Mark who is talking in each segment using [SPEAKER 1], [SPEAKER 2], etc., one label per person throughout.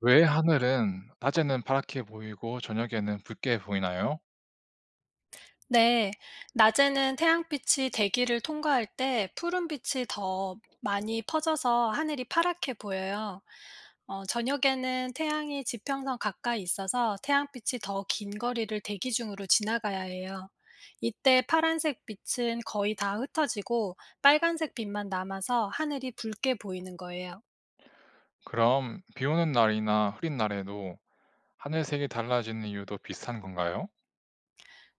[SPEAKER 1] 왜 하늘은 낮에는 파랗게 보이고 저녁에는 붉게 보이나요?
[SPEAKER 2] 네, 낮에는 태양빛이 대기를 통과할 때 푸른빛이 더 많이 퍼져서 하늘이 파랗게 보여요. 저녁에는 태양이 지평선 가까이 있어서 태양빛이 더 긴 거리를 대기 중으로 지나가야 해요. 이때 파란색 빛은 거의 다 흩어지고 빨간색 빛만 남아서 하늘이 붉게 보이는 거예요.
[SPEAKER 1] 그럼 비 오는 날이나 흐린 날에도 하늘색이 달라지는 이유도 비슷한 건가요?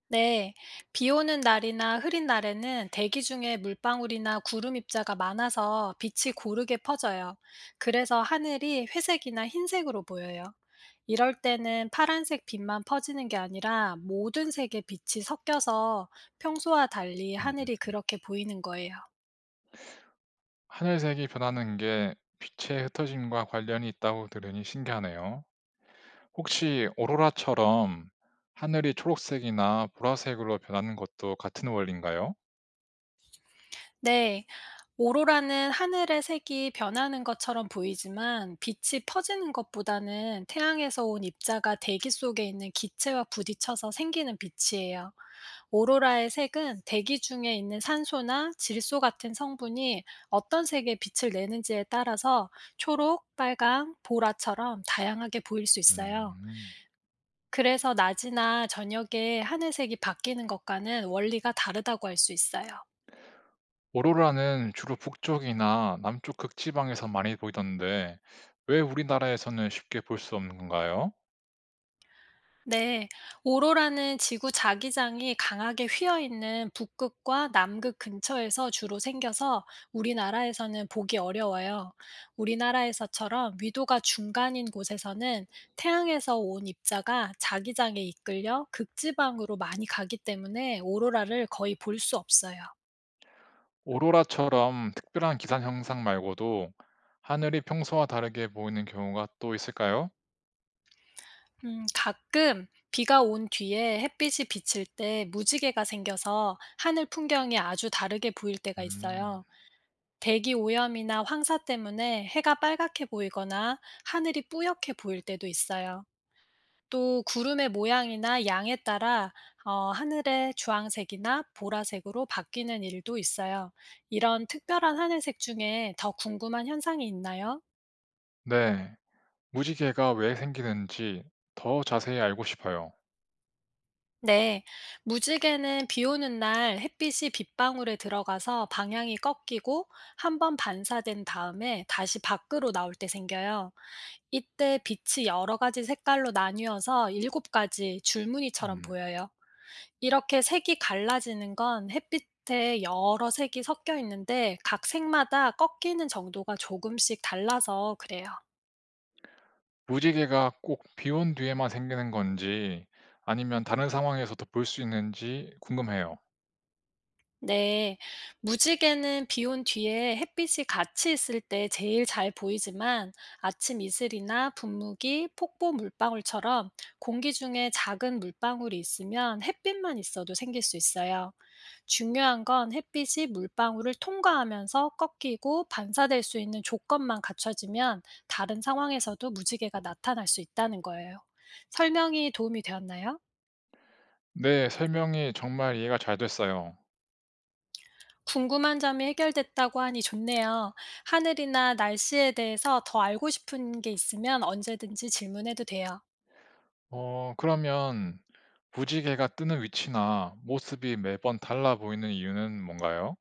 [SPEAKER 2] 네, 비 오는 날이나 흐린 날에는 대기 중에 물방울이나 구름 입자가 많아서 빛이 고르게 퍼져요. 그래서 하늘이 회색이나 흰색으로 보여요. 이럴 때는 파란색 빛만 퍼지는 게 아니라 모든 색의 빛이 섞여서 평소와 달리
[SPEAKER 1] 음.
[SPEAKER 2] 하늘이 그렇게 보이는 거예요.
[SPEAKER 1] 하늘색이 변하는 게 빛의 흩어짐과 관련이 있다고 들으니 신기하네요. 혹시 오로라처럼 하늘이 초록색이나 보라색으로 변하는 것도 같은 원리인가요?
[SPEAKER 2] 네, 오로라는 하늘의 색이 변하는 것처럼 보이지만 빛이 퍼지는 것보다는 태양에서 온 입자가 대기 속에 있는 기체와 부딪혀서 생기는 빛이에요. 오로라의 색은 대기 중에 있는 산소나 질소 같은 성분이 어떤 색의 빛을 내는지에 따라서 초록, 빨강, 보라처럼 다양하게 보일 수 있어요.
[SPEAKER 1] 음.
[SPEAKER 2] 그래서 낮이나 저녁에 하늘색이 바뀌는 것과는 원리가 다르다고 할 수 있어요.
[SPEAKER 1] 오로라는 주로 북쪽이나 남쪽 극지방에서 많이 보이던데 왜 우리나라에서는 쉽게 볼 수 없는 건가요?
[SPEAKER 2] 네, 오로라는 지구 자기장이 강하게 휘어 있는 북극과 남극 근처에서 주로 생겨서 우리나라에서는 보기 어려워요. 우리나라에서처럼 위도가 중간인 곳에서는 태양에서 온 입자가 자기장에 이끌려 극지방으로 많이 가기 때문에 오로라를 거의 볼 수 없어요.
[SPEAKER 1] 오로라처럼 특별한 기상 현상 말고도 하늘이 평소와 다르게 보이는 경우가 또 있을까요?
[SPEAKER 2] 가끔 비가 온 뒤에 햇빛이 비칠 때 무지개가 생겨서 하늘 풍경이 아주 다르게 보일 때가
[SPEAKER 1] 음,
[SPEAKER 2] 있어요. 대기 오염이나 황사 때문에 해가 빨갛게 보이거나 하늘이 뿌옇게 보일 때도 있어요. 또 구름의 모양이나 양에 따라 하늘의 주황색이나 보라색으로 바뀌는 일도 있어요. 이런 특별한 하늘색 중에 더 궁금한 현상이 있나요?
[SPEAKER 1] 네. 무지개가 왜 생기는지 더 자세히 알고 싶어요.
[SPEAKER 2] 네, 무지개는 비 오는 날 햇빛이 빗방울에 들어가서 방향이 꺾이고 한번 반사된 다음에 다시 밖으로 나올 때 생겨요. 이때 빛이 여러 가지 색깔로 나뉘어서 일곱 가지 줄무늬처럼
[SPEAKER 1] 음,
[SPEAKER 2] 보여요. 이렇게 색이 갈라지는 건 햇빛에 여러 색이 섞여 있는데 각 색마다 꺾이는 정도가 조금씩 달라서 그래요.
[SPEAKER 1] 무지개가 꼭 비온 뒤에만 생기는 건지 아니면 다른 상황에서도 볼 수 있는지 궁금해요.
[SPEAKER 2] 네, 무지개는 비온 뒤에 햇빛이 같이 있을 때 제일 잘 보이지만 아침 이슬이나 분무기, 폭포 물방울처럼 공기 중에 작은 물방울이 있으면 햇빛만 있어도 생길 수 있어요. 중요한 건 햇빛이 물방울을 통과하면서 꺾이고 반사될 수 있는 조건만 갖춰지면 다른 상황에서도 무지개가 나타날 수 있다는 거예요. 설명이 도움이 되었나요?
[SPEAKER 1] 네, 설명이 정말 이해가 잘 됐어요.
[SPEAKER 2] 궁금한 점이 해결됐다고 하니 좋네요. 하늘이나 날씨에 대해서 더 알고 싶은 게 있으면 언제든지 질문해도 돼요.
[SPEAKER 1] 그러면 무지개가 뜨는 위치나 모습이 매번 달라 보이는 이유는 뭔가요?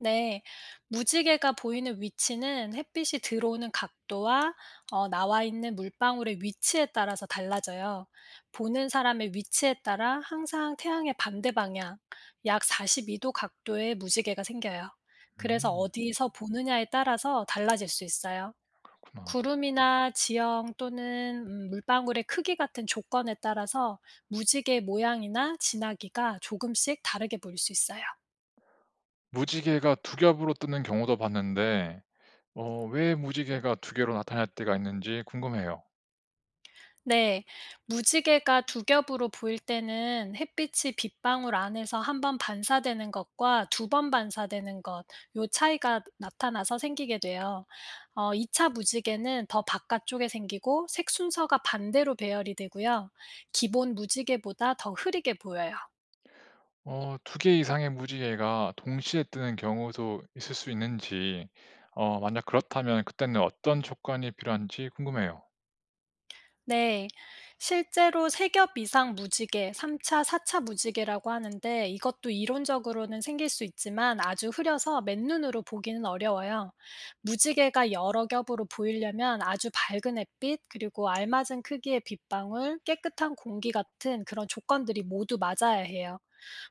[SPEAKER 2] 네. 무지개가 보이는 위치는 햇빛이 들어오는 각도와 나와 있는 물방울의 위치에 따라서 달라져요. 보는 사람의 위치에 따라 항상 태양의 반대 방향, 약 42도 각도의 무지개가 생겨요. 그래서
[SPEAKER 1] 음,
[SPEAKER 2] 어디서 보느냐에 따라서 달라질 수 있어요.
[SPEAKER 1] 그렇구나.
[SPEAKER 2] 구름이나 지형 또는 물방울의 크기 같은 조건에 따라서 무지개 모양이나 진하기가 조금씩 다르게 보일 수 있어요.
[SPEAKER 1] 무지개가 두 겹으로 뜨는 경우도 봤는데 왜 무지개가 두 개로 나타날 때가 있는지 궁금해요.
[SPEAKER 2] 네, 무지개가 두 겹으로 보일 때는 햇빛이 빗방울 안에서 한 번 반사되는 것과 두 번 반사되는 것, 요 차이가 나타나서 생기게 돼요. 2차 무지개는 더 바깥쪽에 생기고 색 순서가 반대로 배열이 되고요. 기본 무지개보다 더 흐리게 보여요.
[SPEAKER 1] 두 개 이상의 무지개가 동시에 뜨는 경우도 있을 수 있는지 만약 그렇다면 그때는 어떤 조건이 필요한지 궁금해요.
[SPEAKER 2] 네. 실제로 3겹 이상 무지개, 3 차, 4차 무지개라고 하는데 이것도 이론적으로는 생길 수 있지만 아주 흐려서 맨눈으로 보기는 어려워요. 무지개가 여러 겹으로 보이려면 아주 밝은 햇빛, 그리고 알맞은 크기의 빗방울, 깨끗한 공기 같은 그런 조건들이 모두 맞아야 해요.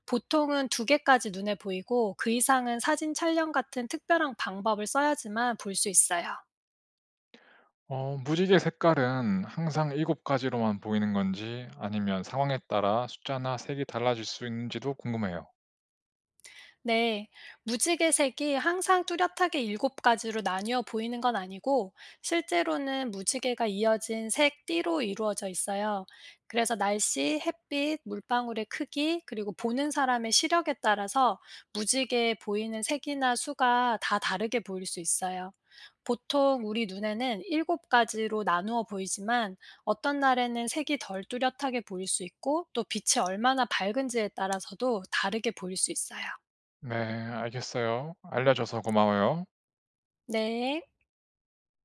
[SPEAKER 2] 보통은 두 개까지 눈에 보이고 그 이상은 사진 촬영 같은 특별한 방법을 써야지만 볼 수 있어요.
[SPEAKER 1] 무지개 색깔은 항상 일곱 가지로만 보이는 건지 아니면 상황에 따라 숫자나 색이 달라질 수 있는지도 궁금해요.
[SPEAKER 2] 네, 무지개 색이 항상 뚜렷하게 일곱 가지로 나뉘어 보이는 건 아니고, 실제로는 무지개가 이어진 색 띠로 이루어져 있어요. 그래서 날씨, 햇빛, 물방울의 크기, 그리고 보는 사람의 시력에 따라서 무지개에 보이는 색이나 수가 다 다르게 보일 수 있어요. 보통 우리 눈에는 일곱 가지로 나누어 보이지만 어떤 날에는 색이 덜 뚜렷하게 보일 수 있고 또 빛이 얼마나 밝은지에 따라서도 다르게 보일 수 있어요.
[SPEAKER 1] 네, 알겠어요. 알려줘서 고마워요.
[SPEAKER 2] 네.